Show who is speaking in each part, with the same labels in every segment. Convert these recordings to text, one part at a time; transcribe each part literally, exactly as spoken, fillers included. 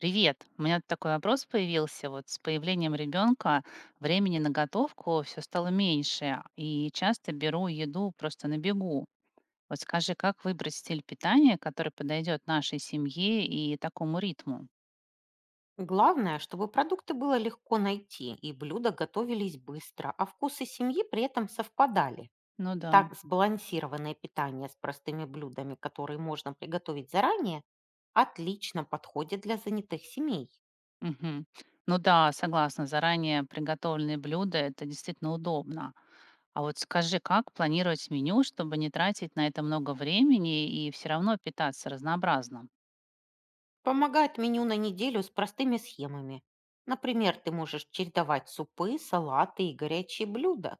Speaker 1: Привет. У меня тут такой вопрос появился. Вот с появлением ребенка времени на готовку все стало меньше, и часто беру еду просто на бегу. Вот скажи, как выбрать стиль питания, который подойдет нашей семье и такому ритму?
Speaker 2: Главное, чтобы продукты было легко найти, и блюда готовились быстро, а вкусы семьи при этом совпадали.
Speaker 1: Ну да.
Speaker 2: Так сбалансированное питание с простыми блюдами, которые можно приготовить заранее, отлично подходит для занятых семей.
Speaker 1: Мгм. Ну да, согласна, заранее приготовленные блюда это действительно удобно. А вот скажи, как планировать меню, чтобы не тратить на это много времени и все равно питаться разнообразно?
Speaker 2: Помогает меню на неделю с простыми схемами. Например, ты можешь чередовать супы, салаты и горячие блюда.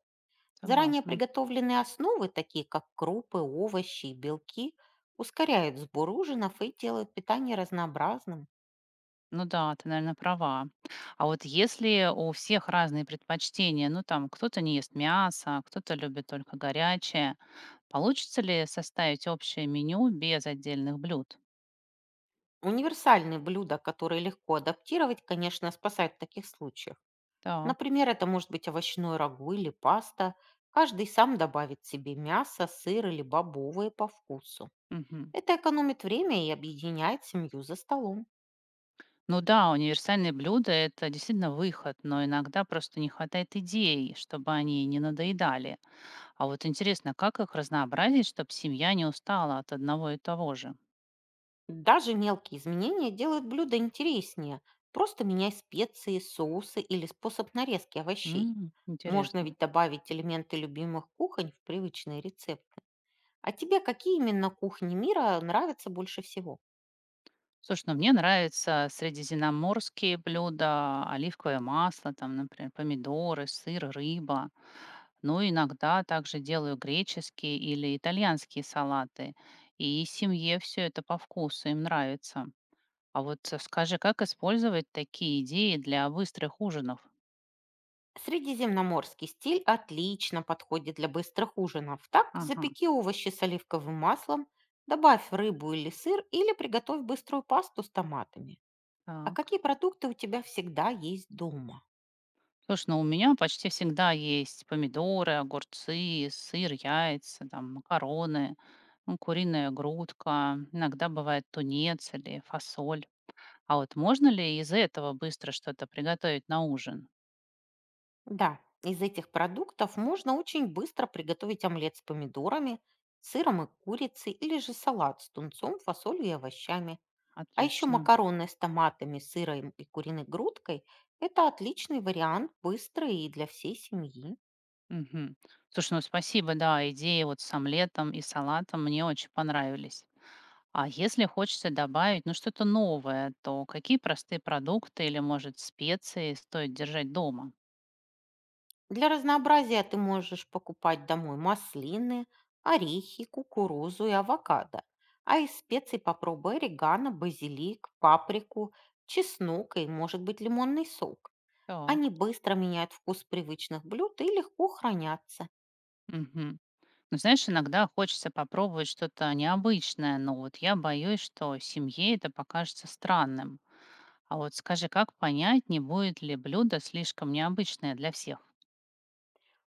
Speaker 2: Заранее
Speaker 1: Согласна.
Speaker 2: приготовленные основы, такие как крупы, овощи и белки, ускоряют сбор ужинов и делают питание разнообразным.
Speaker 1: Ну да, ты, наверное, права. А вот если у всех разные предпочтения, ну там кто-то не ест мясо, кто-то любит только горячее, получится ли составить общее меню без отдельных блюд?
Speaker 2: Универсальные блюда, которые легко адаптировать, конечно, спасают в таких случаях.
Speaker 1: Так.
Speaker 2: Например, это может быть овощной рагу или паста. Каждый сам добавит себе мясо, сыр или бобовые по вкусу.
Speaker 1: Мгм.
Speaker 2: Это экономит время и объединяет семью за столом.
Speaker 1: Ну да, универсальные блюда — это действительно выход, но иногда просто не хватает идей, чтобы они не надоедали. А вот интересно, как их разнообразить, чтобы семья не устала от одного и того же?
Speaker 2: Даже мелкие изменения делают блюдо интереснее. Просто меняй специи, соусы или способ нарезки овощей.
Speaker 1: М,
Speaker 2: Можно
Speaker 1: интересно.
Speaker 2: ведь добавить элементы любимых кухонь в привычный рецепт. А тебе какие именно кухни мира нравятся больше всего?
Speaker 1: Слушай, ну мне нравятся средиземноморские блюда, оливковое масло, там, например, помидоры, сыр, рыба. Ну, иногда также делаю греческие или итальянские салаты. И семье все это по вкусу, им нравится. А вот э, скажи, как использовать такие идеи для быстрых ужинов?
Speaker 2: Средиземноморский стиль отлично подходит для быстрых ужинов. Так,
Speaker 1: Ага,
Speaker 2: запеки овощи с оливковым маслом, добавь рыбу или сыр, или приготовь быструю пасту с томатами. А
Speaker 1: так.
Speaker 2: какие продукты у тебя всегда есть дома?
Speaker 1: Слушай, ну у меня почти всегда есть помидоры, огурцы, сыр, яйца, там, макароны, ну, куриная грудка, иногда бывает тунец или фасоль. А вот можно ли из этого быстро что-то приготовить на ужин?
Speaker 2: Да, из этих продуктов можно очень быстро приготовить омлет с помидорами, сыром и курицей, или же салат с тунцом, фасолью и овощами. А еще
Speaker 1: Отлично.
Speaker 2: макароны с томатами, сыром и куриной грудкой– это отличный вариант, быстрый и для всей семьи.
Speaker 1: Мгм. Слушай, ну спасибо, да, идеи вот с омлетом и салатом мне очень понравились. А если хочется добавить, ну, что-то новое, то какие простые продукты или, может, специи стоит держать дома?
Speaker 2: Для разнообразия ты можешь покупать домой маслины, орехи, кукурузу и авокадо. А из специй попробуй орегано, базилик, паприку, чеснок и, может быть, лимонный сок.
Speaker 1: Так.
Speaker 2: Они быстро меняют вкус привычных блюд и легко хранятся.
Speaker 1: Мгм. Ну, знаешь, иногда хочется попробовать что-то необычное, но вот я боюсь, что семье это покажется странным. А вот скажи, как понять, не будет ли блюдо слишком необычное для всех?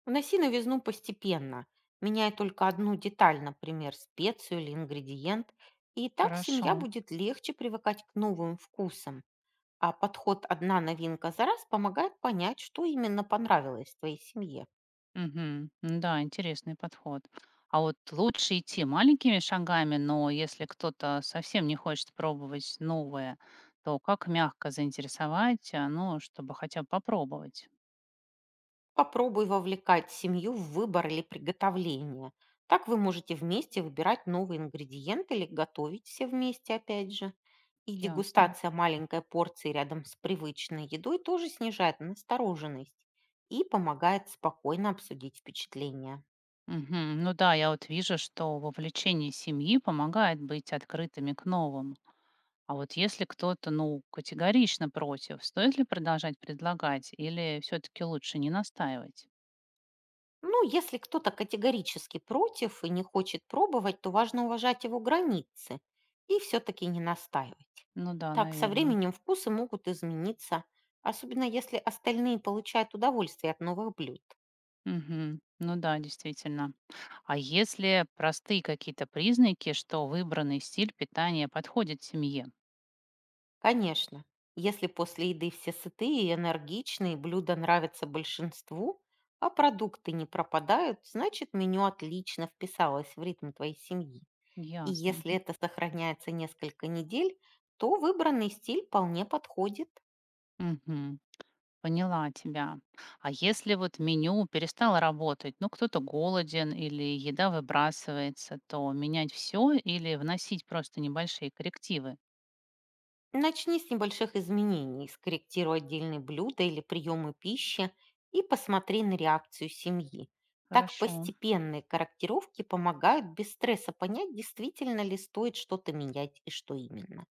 Speaker 2: Уноси новизну постепенно, меняя только одну деталь, например, специю или ингредиент, и так
Speaker 1: Хорошо.
Speaker 2: семья будет легче привыкать к новым вкусам. А подход «одна новинка за раз» помогает понять, что именно понравилось твоей семье.
Speaker 1: Мгм. Ну да, интересный подход. А вот лучше идти маленькими шагами, но если кто-то совсем не хочет пробовать новое, то как мягко заинтересовать, а, ну, чтобы хотя бы попробовать?
Speaker 2: Попробуй вовлекать семью в выбор или приготовление. Так вы можете вместе выбирать новые ингредиенты или готовить все вместе опять же. И
Speaker 1: Ясно.
Speaker 2: дегустация маленькой порции рядом с привычной едой тоже снижает настороженность и помогает спокойно обсудить впечатления.
Speaker 1: Мгм. Ну да, я вот вижу, что вовлечение семьи помогает быть открытыми к новому. А вот если кто-то, ну, категорично против, стоит ли продолжать предлагать или все-таки лучше не настаивать?
Speaker 2: Ну, если кто-то категорически против и не хочет пробовать, то важно уважать его границы и все-таки не настаивать.
Speaker 1: Ну да,
Speaker 2: Так со
Speaker 1: наверное.
Speaker 2: временем вкусы могут измениться, особенно если остальные получают удовольствие от новых блюд.
Speaker 1: Ну да, действительно. А если простые какие-то признаки, что выбранный стиль питания подходит семье?
Speaker 2: Конечно, если после еды все сытые и энергичные, блюда нравятся большинству, а продукты не пропадают, значит меню отлично вписалось в ритм твоей семьи. И
Speaker 1: Ясно.
Speaker 2: если это сохраняется несколько недель, то выбранный стиль вполне подходит.
Speaker 1: Мгм. Поняла тебя. А если вот меню перестало работать, ну кто-то голоден или еда выбрасывается, то менять все или вносить просто небольшие коррективы?
Speaker 2: Начни с небольших изменений, скорректируй отдельные блюда или приемы пищи и посмотри на реакцию семьи. Так
Speaker 1: Хорошо.
Speaker 2: постепенные корректировки помогают без стресса понять, действительно ли стоит что-то менять и что именно.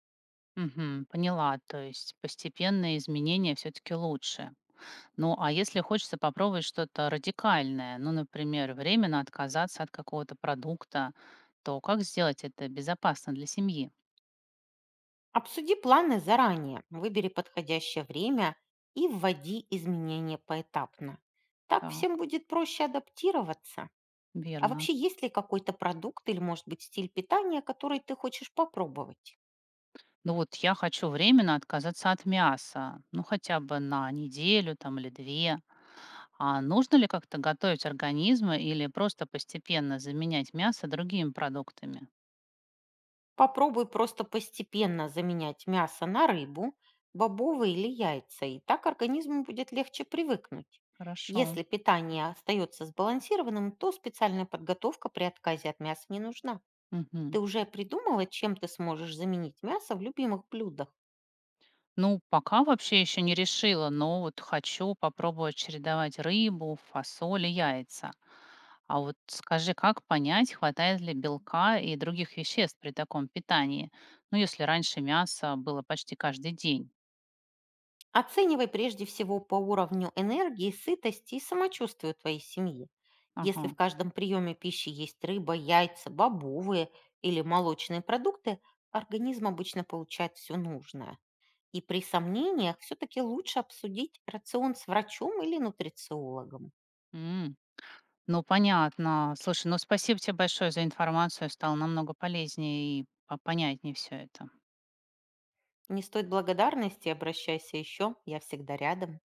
Speaker 1: Мгм, поняла, то есть постепенные изменения все-таки лучше. Ну а если хочется попробовать что-то радикальное, ну, например, временно отказаться от какого-то продукта, то как сделать это безопасно для семьи?
Speaker 2: Обсуди планы заранее, выбери подходящее время и вводи изменения поэтапно. Так
Speaker 1: Так,
Speaker 2: всем будет проще адаптироваться. А
Speaker 1: верно.
Speaker 2: вообще, есть ли какой-то продукт или, может быть, стиль питания, который ты хочешь попробовать?
Speaker 1: Ну вот я хочу временно отказаться от мяса, ну хотя бы на неделю там или две. А нужно ли как-то готовить организмы или просто постепенно заменять мясо другими продуктами?
Speaker 2: Попробуй просто постепенно заменять мясо на рыбу, бобовые или яйца, и так организму будет легче привыкнуть.
Speaker 1: Хорошо.
Speaker 2: Если питание остается сбалансированным, то специальная подготовка при отказе от мяса не нужна.
Speaker 1: Мгм.
Speaker 2: Ты уже придумала, чем ты сможешь заменить мясо в любимых блюдах?
Speaker 1: Ну, пока вообще еще не решила, но вот хочу попробовать чередовать рыбу, фасоль и яйца. А вот скажи, как понять, хватает ли белка и других веществ при таком питании? Ну, если раньше мясо было почти каждый день.
Speaker 2: Оценивай прежде всего по уровню энергии, сытости и самочувствию твоей семьи. Если в
Speaker 1: Ага.
Speaker 2: каждом приеме пищи есть рыба, яйца, бобовые или молочные продукты, организм обычно получает все нужное. И при сомнениях все-таки лучше обсудить рацион с врачом или нутрициологом.
Speaker 1: М. Ну, понятно. Слушай, ну спасибо тебе большое за информацию. Стало намного полезнее и по- понятнее все это.
Speaker 2: Не стоит благодарности, обращайся еще, я всегда рядом.